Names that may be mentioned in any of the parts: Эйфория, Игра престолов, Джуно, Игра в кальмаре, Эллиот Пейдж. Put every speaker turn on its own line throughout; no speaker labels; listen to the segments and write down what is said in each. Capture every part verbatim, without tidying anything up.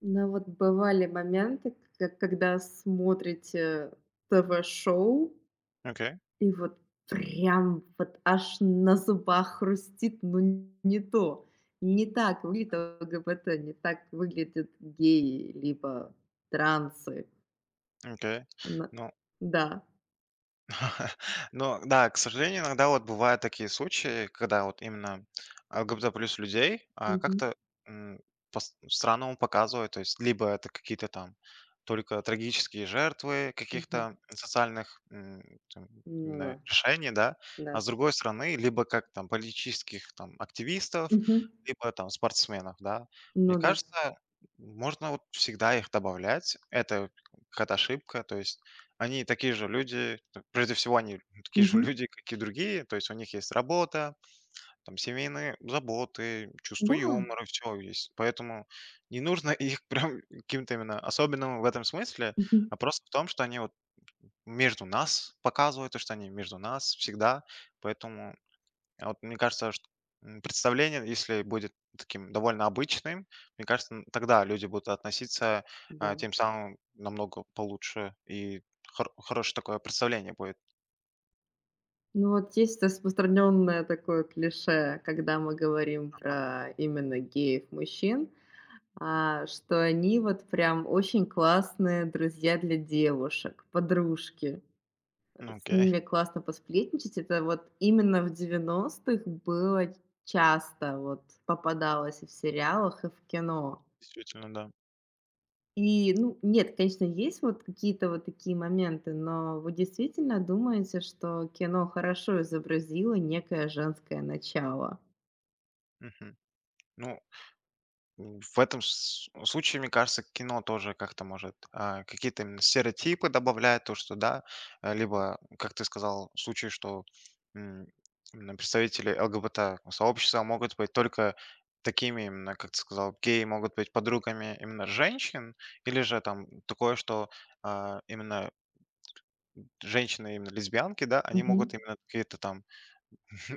Ну вот бывали моменты, к когда смотрите ТВ-шоу,
Окей,
и вот прям вот аж на зубах хрустит, ну не то. Не так выглядит ЛГБТ, не так выглядят геи, либо трансы.
окей.
На
Ну,
да.
ну да, к сожалению, иногда вот бывают такие случаи, когда вот именно ЛГБТ плюс людей а,
Мгм.
как-то м, пос- по-странному показывают, то есть либо это какие-то там только трагические жертвы
Мгм.
каких-то социальных м, там,
Ну да,
именно решений, да, а
да.
с другой стороны, либо как там политических там активистов,
Мгм.
либо там спортсменов, да. Мне
Ну да.
кажется, можно вот всегда их добавлять, это какая-то ошибка, то есть Они такие же люди, т прежде всего, они такие же
Мгм.
люди, как и другие, то есть у них есть работа, там семейные заботы, чувство
Да.
юмора, всё есть. Поэтому не нужно их прям каким-то именно особенным в этом смысле,
Мгм.
а просто в том, что они вот между нас показывают, то, что они между нас всегда. Поэтому а вот мне кажется, что м, представление, если будет таким довольно обычным, мне кажется, м, тогда люди будут относиться,
Да.
а, тем самым намного получше, и хоро хорошее такое представление будет.
Ну, вот есть распространенное такое клише, когда мы говорим про именно геев-мужчин, а, что они вот прям очень классные друзья для девушек, подружки.
Ну,
С
окей,
ними классно посплетничать. Это вот именно в девяностых было часто, вот попадалось и в сериалах, и в кино.
действительно, да.
И, ну, нет, конечно, есть вот какие-то вот такие моменты, но вы действительно думаете, что кино хорошо изобразило некое женское начало?
Мгм. Ну, М, В этом с- случае, мне кажется, кино тоже как-то может а, какие-то именно стереотипы добавляет, то, что, да, э, либо, как ты сказал, случай, что м, именно представители ЛГБТ-сообщества могут быть только такими, именно, как ты сказал, геи могут быть подругами именно женщин, или же там такое, что а, именно женщины, именно лесбиянки, да, они
Мгм.
могут именно какие-то там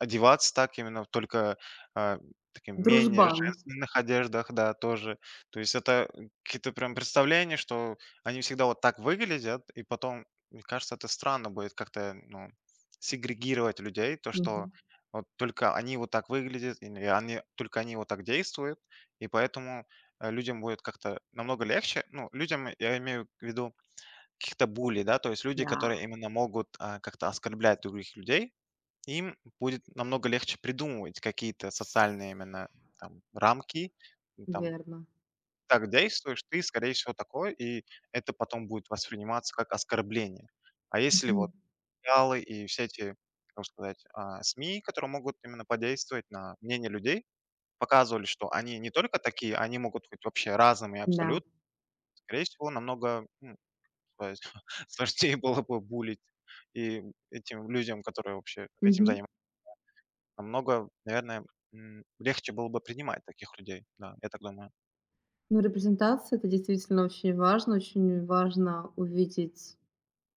Одеваться так именно, вот только, а, таким менее
Дружбан.
женственных одеждах, да, тоже. То есть это какие-то прям представления, что они всегда вот так выглядят, и потом, мне кажется, это странно будет как-то, ну, сегрегировать людей, то, что
Мгм.
вот только они вот так выглядят, или они только они вот так действуют, и поэтому, э, людям будет как-то намного легче. Ну, людям, я имею в виду каких-то булли, да, то есть люди,
Да,
которые именно могут, а, как-то оскорблять других людей. Им будет намного легче придумывать какие-то социальные именно там рамки. Ну, там,
верно.
так действуешь ты, скорее всего, такой, и это потом будет восприниматься как оскорбление. А если вот
Мгм.
сериалы и все эти, как сказать, а, СМИ, которые могут именно подействовать на мнение людей, показывали, что они не только такие, они могут быть вообще разными и
Да.
абсолютно, скорее всего, намного м, то есть сложнее было бы булить и этим людям, которые вообще этим
Мгм.
занимаются. Намного, наверное, м, легче было бы принимать таких людей. Да, я так думаю.
Ну, репрезентация — это действительно очень важно. Очень важно увидеть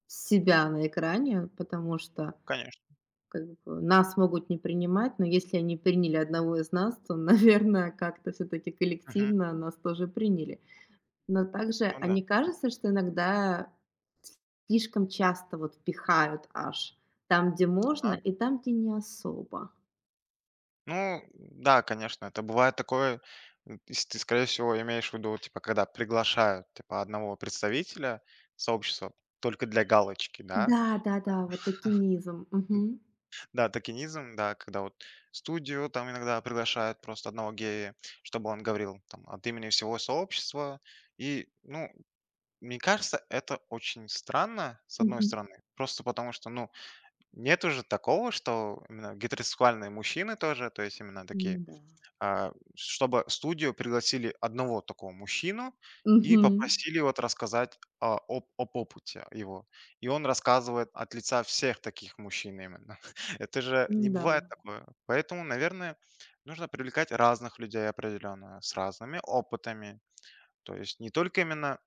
себя на экране, потому что,
Конечно.
как бы, нас могут не принимать, но если они приняли одного из нас, то, наверное, как-то все таки
Мгм.
коллективно нас тоже приняли. Но также,
Ну
а
да.
не кажется, что иногда слишком часто вот пихают аж там, где можно,
Ага.
и там, где не особо?
Ну да, конечно, это бывает такое. М, если ты, скорее всего, имеешь в виду, типа, когда приглашают, типа, одного представителя сообщества только для галочки, да?
Да-да-да, вот токенизм. Мгм.
Да, токенизм, да, когда вот студию там иногда приглашают просто одного гея, чтобы он говорил там от имени всего сообщества. И, ну, мне кажется, это очень странно, с одной
Мгм.
стороны, просто потому что, ну, Нет уже такого, что именно гетеросексуальные мужчины тоже, то есть именно
Ну
такие,
да.
а, чтобы студию пригласили одного такого мужчину и
Мгм.
попросили вот рассказать а, об, об опыте его. И он рассказывает от лица всех таких мужчин именно. Это же не
Да.
бывает такое. Поэтому, наверное, нужно привлекать разных людей определенно, с разными опытами. То есть не только именно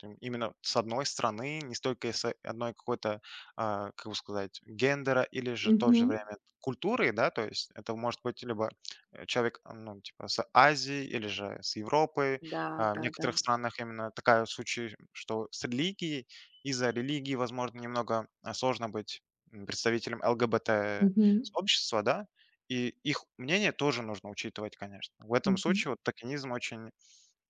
там. Именно с одной страны, не столько с одной какой-то, а, как бы сказать, гендера или же в то же
Мгм.
время культуры, да, то есть это может быть либо э, человек, а, ну, типа, с Азии или же с Европы.
Да,
А, В
да-да.
некоторых странах именно такая вот случай, что с религией, из-за религии, возможно, немного а, сложно быть м, представителем
Мгм.
ЛГБТ-сообщества, да, и их мнение тоже нужно учитывать, конечно. В этом
Мгм.
случае вот токенизм очень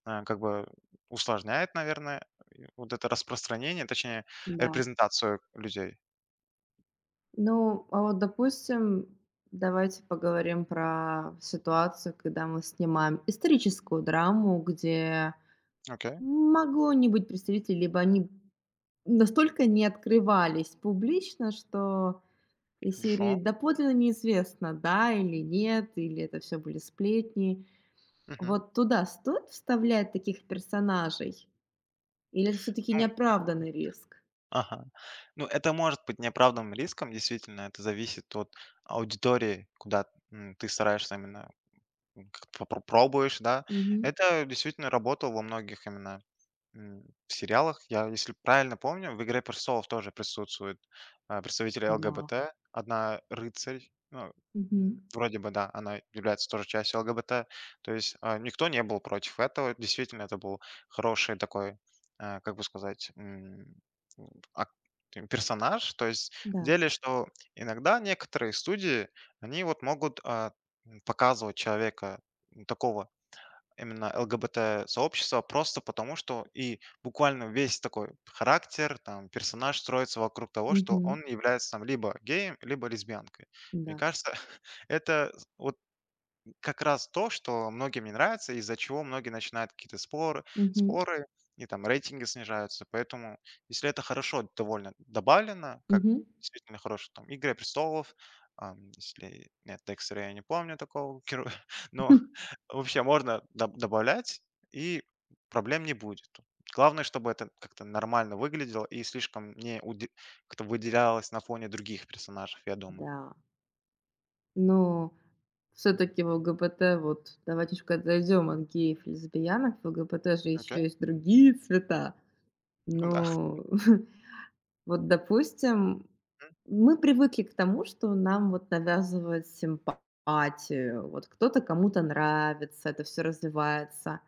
а, как бы усложняет, наверное, и вот это распространение, точнее,
Да.
репрезентацию людей.
Ну, а вот, допустим, давайте поговорим про ситуацию, когда мы снимаем историческую драму, где
Окей,
могло не быть представителей, либо они настолько не открывались публично, что из серии
хорошо.
доподлинно неизвестно, да или нет, или это все были сплетни.
Мгм.
Вот туда стоит вставлять таких персонажей или это все таки
Ну,
неоправданный риск?
ага. Ну, это может быть неоправданным риском, действительно, это зависит от аудитории, куда м, ты стараешься именно м, как-то попро- пробуешь, да.
Мгм.
Это действительно работало во многих именно. М, в сериалах, я, если правильно помню, в "Игре престолов" тоже присутствуют, а, представители
Да.
ЛГБТ. Одна рыцарь, ну, м,
Мгм.
вроде бы, да, она является тоже частью ЛГБТ. То есть, а, никто не был против этого. Действительно, это был хороший такой, а, как бы сказать, м, ак персонаж. То есть в
Да.
деле, что иногда некоторые студии, они вот могут, а, м, показывать человека, такого Именно ЛГБТ-сообщества, просто потому что и буквально весь такой характер, там, персонаж строится вокруг того, что
Мгм.
он является там либо геем, либо лесбиянкой. Мне
Да.
кажется, это вот как раз то, что многим не нравится, из-за чего многие начинают какие-то споры,
Мгм.
споры и там рейтинги снижаются. Поэтому, если это хорошо довольно добавлено, как
Мгм.
действительно хорошо там "Игры престолов", ам, если нет "Декстера", я не помню такого героя, но вообще можно доб добавлять, и проблем не будет. Главное, чтобы это как-то нормально выглядело и слишком не уди как-то выделялось на фоне других персонажей, я думаю.
Да. Но все таки в ЛГБТ вот давайте немножко отойдем от геев и лесбиянок. В ЛГБТ же еще
Окей,
есть другие цвета,
ну да.
но вот, допустим,
Мгм.
мы привыкли к тому, что нам вот навязывают симпатию, вот кто-то кому-то нравится, это все развивается.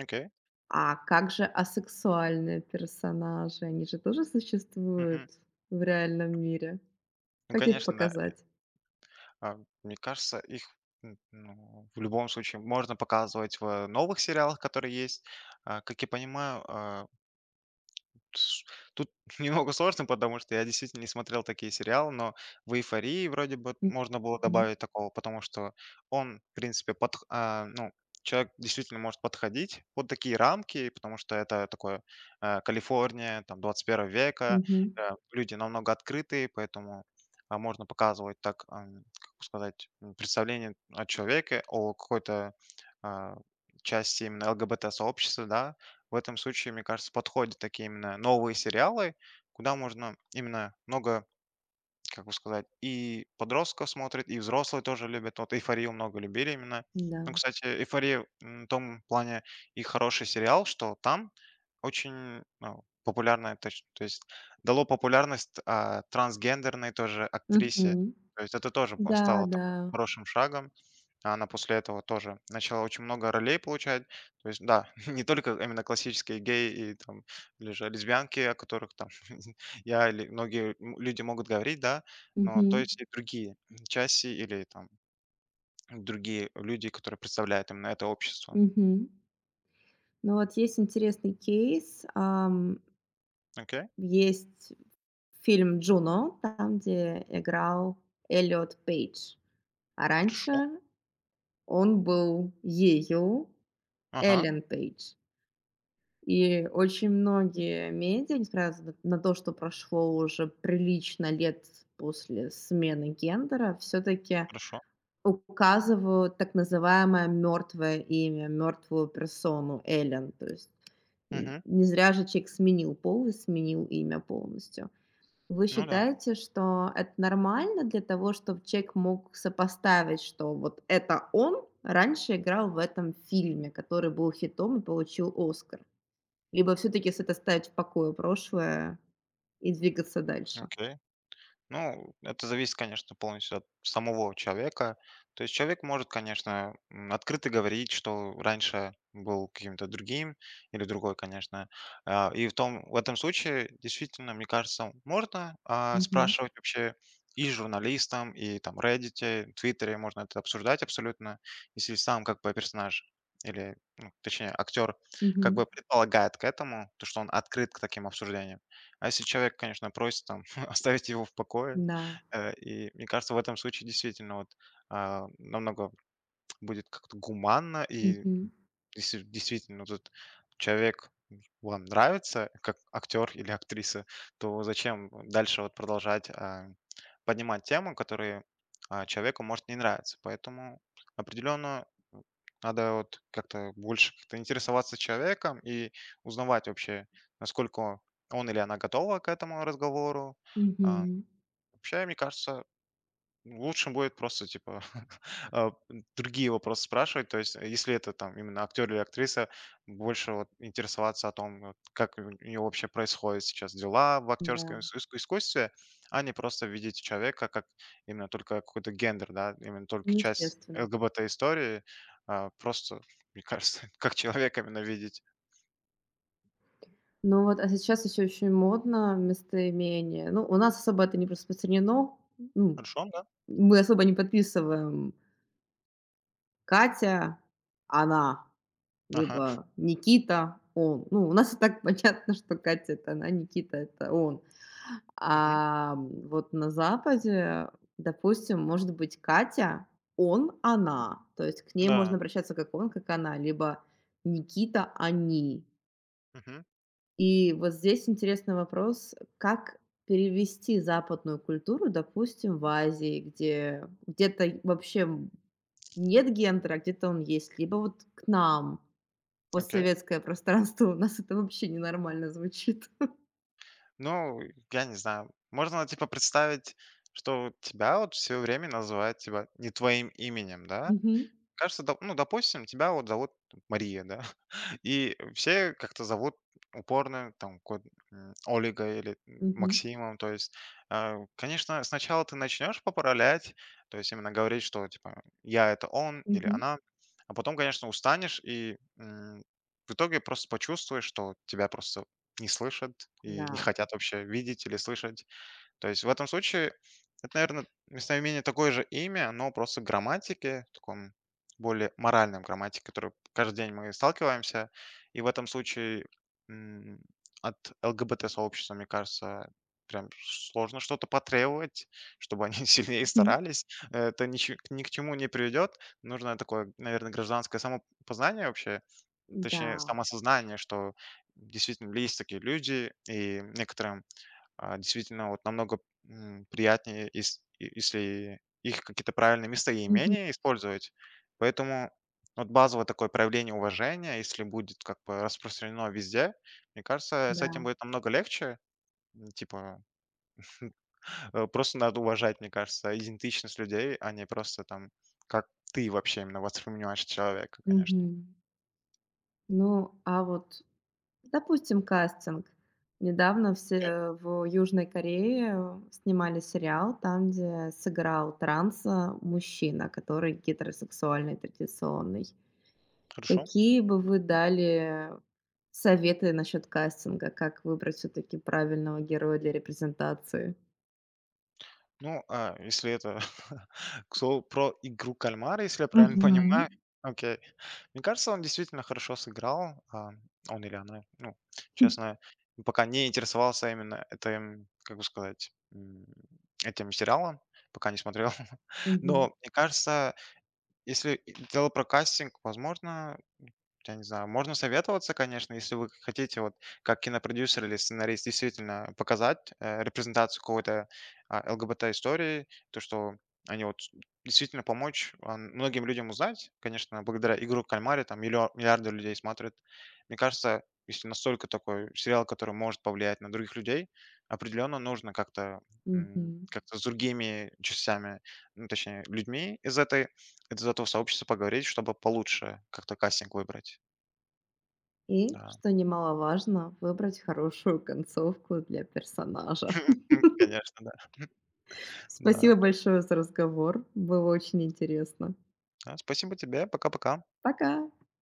Окей.
А как же асексуальные персонажи? Они же тоже существуют
Мгм.
в реальном мире.
Ну,
Как их
конечно, да.
показать?
А, мне кажется, их н ну, в любом случае можно показывать в новых сериалах, которые есть. А, как я понимаю, а тут немного сложно, потому что я действительно не смотрел такие сериалы, но в "Эйфории" вроде бы можно было
Мгм.
добавить такого, потому что он, в принципе, подх а, ну, человек действительно может подходить под такие рамки, потому что это такое, э, Калифорния, там, двадцать первого века,
Мгм.
э, люди намного открытые, поэтому, а, можно показывать так, ам, как бы сказать, м, представление о человеке, о какой-то, а, части именно ЛГБТ-сообщества, да. В этом случае, мне кажется, подходят такие именно новые сериалы, куда можно именно много как бы сказать, и подростков смотрит, и взрослые тоже любят. Вот "Эйфорию" много любили именно.
Да.
Ну, кстати, "Эйфория", м, в том плане и хороший сериал, что там очень, ну, популярная, то есть то есть дало популярность, а, трансгендерной тоже
Мгм.
актрисе. То есть это тоже по
Да,
стало
да.
такой хорошим шагом. А она после этого тоже начала очень много ролей получать. То есть да, не только именно классические геи и там или же лесбиянки, о которых там я или многие м люди могут говорить, да, но то
Мгм.
есть и другие части или там другие люди, которые представляют именно это общество.
Мгм. Ну, вот есть интересный кейс. Ам,
Окей,
есть фильм "Джуно", там, где играл Эллиот Пейдж, а
хорошо.
раньше он был ею,
Ага,
Эллен Пейдж. И очень многие медиа, несмотря з на то, что прошло уже прилично лет после смены гендера, все таки
хорошо.
указывают так называемое мертвое имя, мертвую персону Эллен. То есть н
Мгм.
не зря же человек сменил пол и сменил имя полностью. Вы
Ну да,
считаете, что это нормально для того, чтобы человек мог сопоставить, что вот это он раньше играл в этом фильме, который был хитом и получил Оскар? Либо все-таки с это ставить в покое прошлое и двигаться дальше?
окей. Ну, это зависит, конечно, полностью от самого человека. То есть человек может, конечно, м, открыто говорить, что раньше был каким-то другим или другой, конечно. А, И в, том, в этом случае, действительно, мне кажется, можно а,
Мгм.
спрашивать вообще и журналистам, и там Reddit, Твиттере, можно это обсуждать абсолютно, если сам как бы персонаж или, ну, точнее, актер как
Мгм.
бы предполагает к этому, то, что он открыт к таким обсуждениям. А если человек, конечно, просит там оставить его в покое.
Да.
Э, и мне кажется, в этом случае действительно вот а, намного будет как-то гуманно, и
Мгм.
если действительно тут человек вам нравится как актер или актриса, то зачем дальше вот продолжать а, поднимать темы, которые а, человеку может не нравиться. Поэтому определенно надо вот как-то больше как-то интересоваться человеком и узнавать вообще, насколько он или она готова к этому разговору, а,
Мгм.
вообще, мне кажется, лучше будет просто, типа, а, другие вопросы спрашивать. То есть, э, если это там именно актер или актриса, больше вот интересоваться о том, вот, как у нее вообще происходят сейчас дела в
Да.
актерском ис- иску- искусстве, а не просто видеть человека как именно только какой-то гендер, да, именно только
Ну,
часть
естественно.
ЛГБТ-истории, а просто, мне кажется, как человека именно видеть.
Ну вот, а сейчас еще очень модно местоимение. Ну, у нас особо это не распространено. Ну,
Хорошо, да?
мы особо не подписываем Катя — она,
Ага.
либо Никита — он. Ну, у нас и так понятно, что Катя — это она, Никита — это он.
Мгм.
А, вот на Западе, допустим, может быть Катя — он, она. То есть к ней можно
Да.
обращаться как он, как она, либо Никита — они.
Мгм.
И вот здесь интересный вопрос, как перевести западную культуру, допустим, в Азии, где где-то вообще нет гендера, а где-то он есть, либо вот к нам,
Окей.
постсоветское пространство, у нас это вообще ненормально звучит.
Ну, я не знаю. Можно, типа, представить, что вот тебя вот все время называют, типа, не твоим именем, да?
Мгм.
Кажется, доп ну, допустим, тебя вот зовут Мария, да? И все как-то зовут упорно, там, ко- м, Олега или м,
Мгм.
Максимом, то есть, а, конечно, сначала ты начнешь поправлять, то есть именно говорить, что, типа, я— это он или
Мгм.
она, а потом, конечно, устанешь и м, в итоге просто почувствуешь, что тебя просто не слышат и не
Да.
хотят вообще видеть или слышать. То есть в этом случае это, наверное, местоимение такое же имя, но просто в грамматике, таком более моральном грамматике, которой каждый день мы сталкиваемся. И в этом случае м, от ЛГБТ-сообщества, мне кажется, прям сложно что-то потребовать, чтобы они сильнее
Мгм.
старались. Это ниче- ни к чему не приведет. Нужно такое, наверное, гражданское самопознание вообще, точнее,
Да.
самосознание, что действительно есть такие люди, и некоторым а, действительно, вот намного, м, приятнее, ес е если их какие-то правильные
Мгм.
местоимения использовать. Поэтому вот базовое такое проявление уважения, если будет как бы распространено везде, мне кажется, с
Да.
этим будет намного легче. М, типа, э, просто надо уважать, мне кажется, идентичность людей, а не просто там, как ты вообще именно воспринимаешь человека, конечно.
Мгм. Ну, а вот допустим, кастинг. Недавно
Окей,
все в Южной Корее снимали сериал, там, где сыграл транса мужчина, который гетеросексуальный, традиционный.
хорошо.
Какие бы вы дали советы насчет кастинга? Как выбрать все-таки правильного героя для репрезентации?
Ну, а, если это к слову про игру кальмара, если я правильно
Мгм.
понимаю. Окей. Мне кажется, он действительно хорошо сыграл, а, он или она. Ну,
Хм.
честно, пока не интересовался именно этим, как бы сказать, м, этим сериалом, пока не смотрел.
Мгм.
Но мне кажется, если дело про кастинг, возможно, я не знаю, можно советоваться, конечно, если вы хотите, вот как кинопродюсер или сценарист, действительно показать э, репрезентацию какой-то а, ЛГБТ-истории, то, что они вот действительно помочь а, многим людям узнать, конечно, благодаря «Игру в кальмаре» там миллио- миллиарды людей смотрят. Мне кажется, если настолько такой сериал, который может повлиять на других людей, определенно нужно как-то м,
Мгм.
как-то с другими частями, ну, точнее, людьми из этой из этого сообщества поговорить, чтобы получше как-то кастинг выбрать.
И,
Да.
что немаловажно, выбрать хорошую концовку для персонажа.
конечно, да. Да.
Спасибо большое за разговор. Было очень интересно.
Да, спасибо тебе. Пока-пока.
Пока.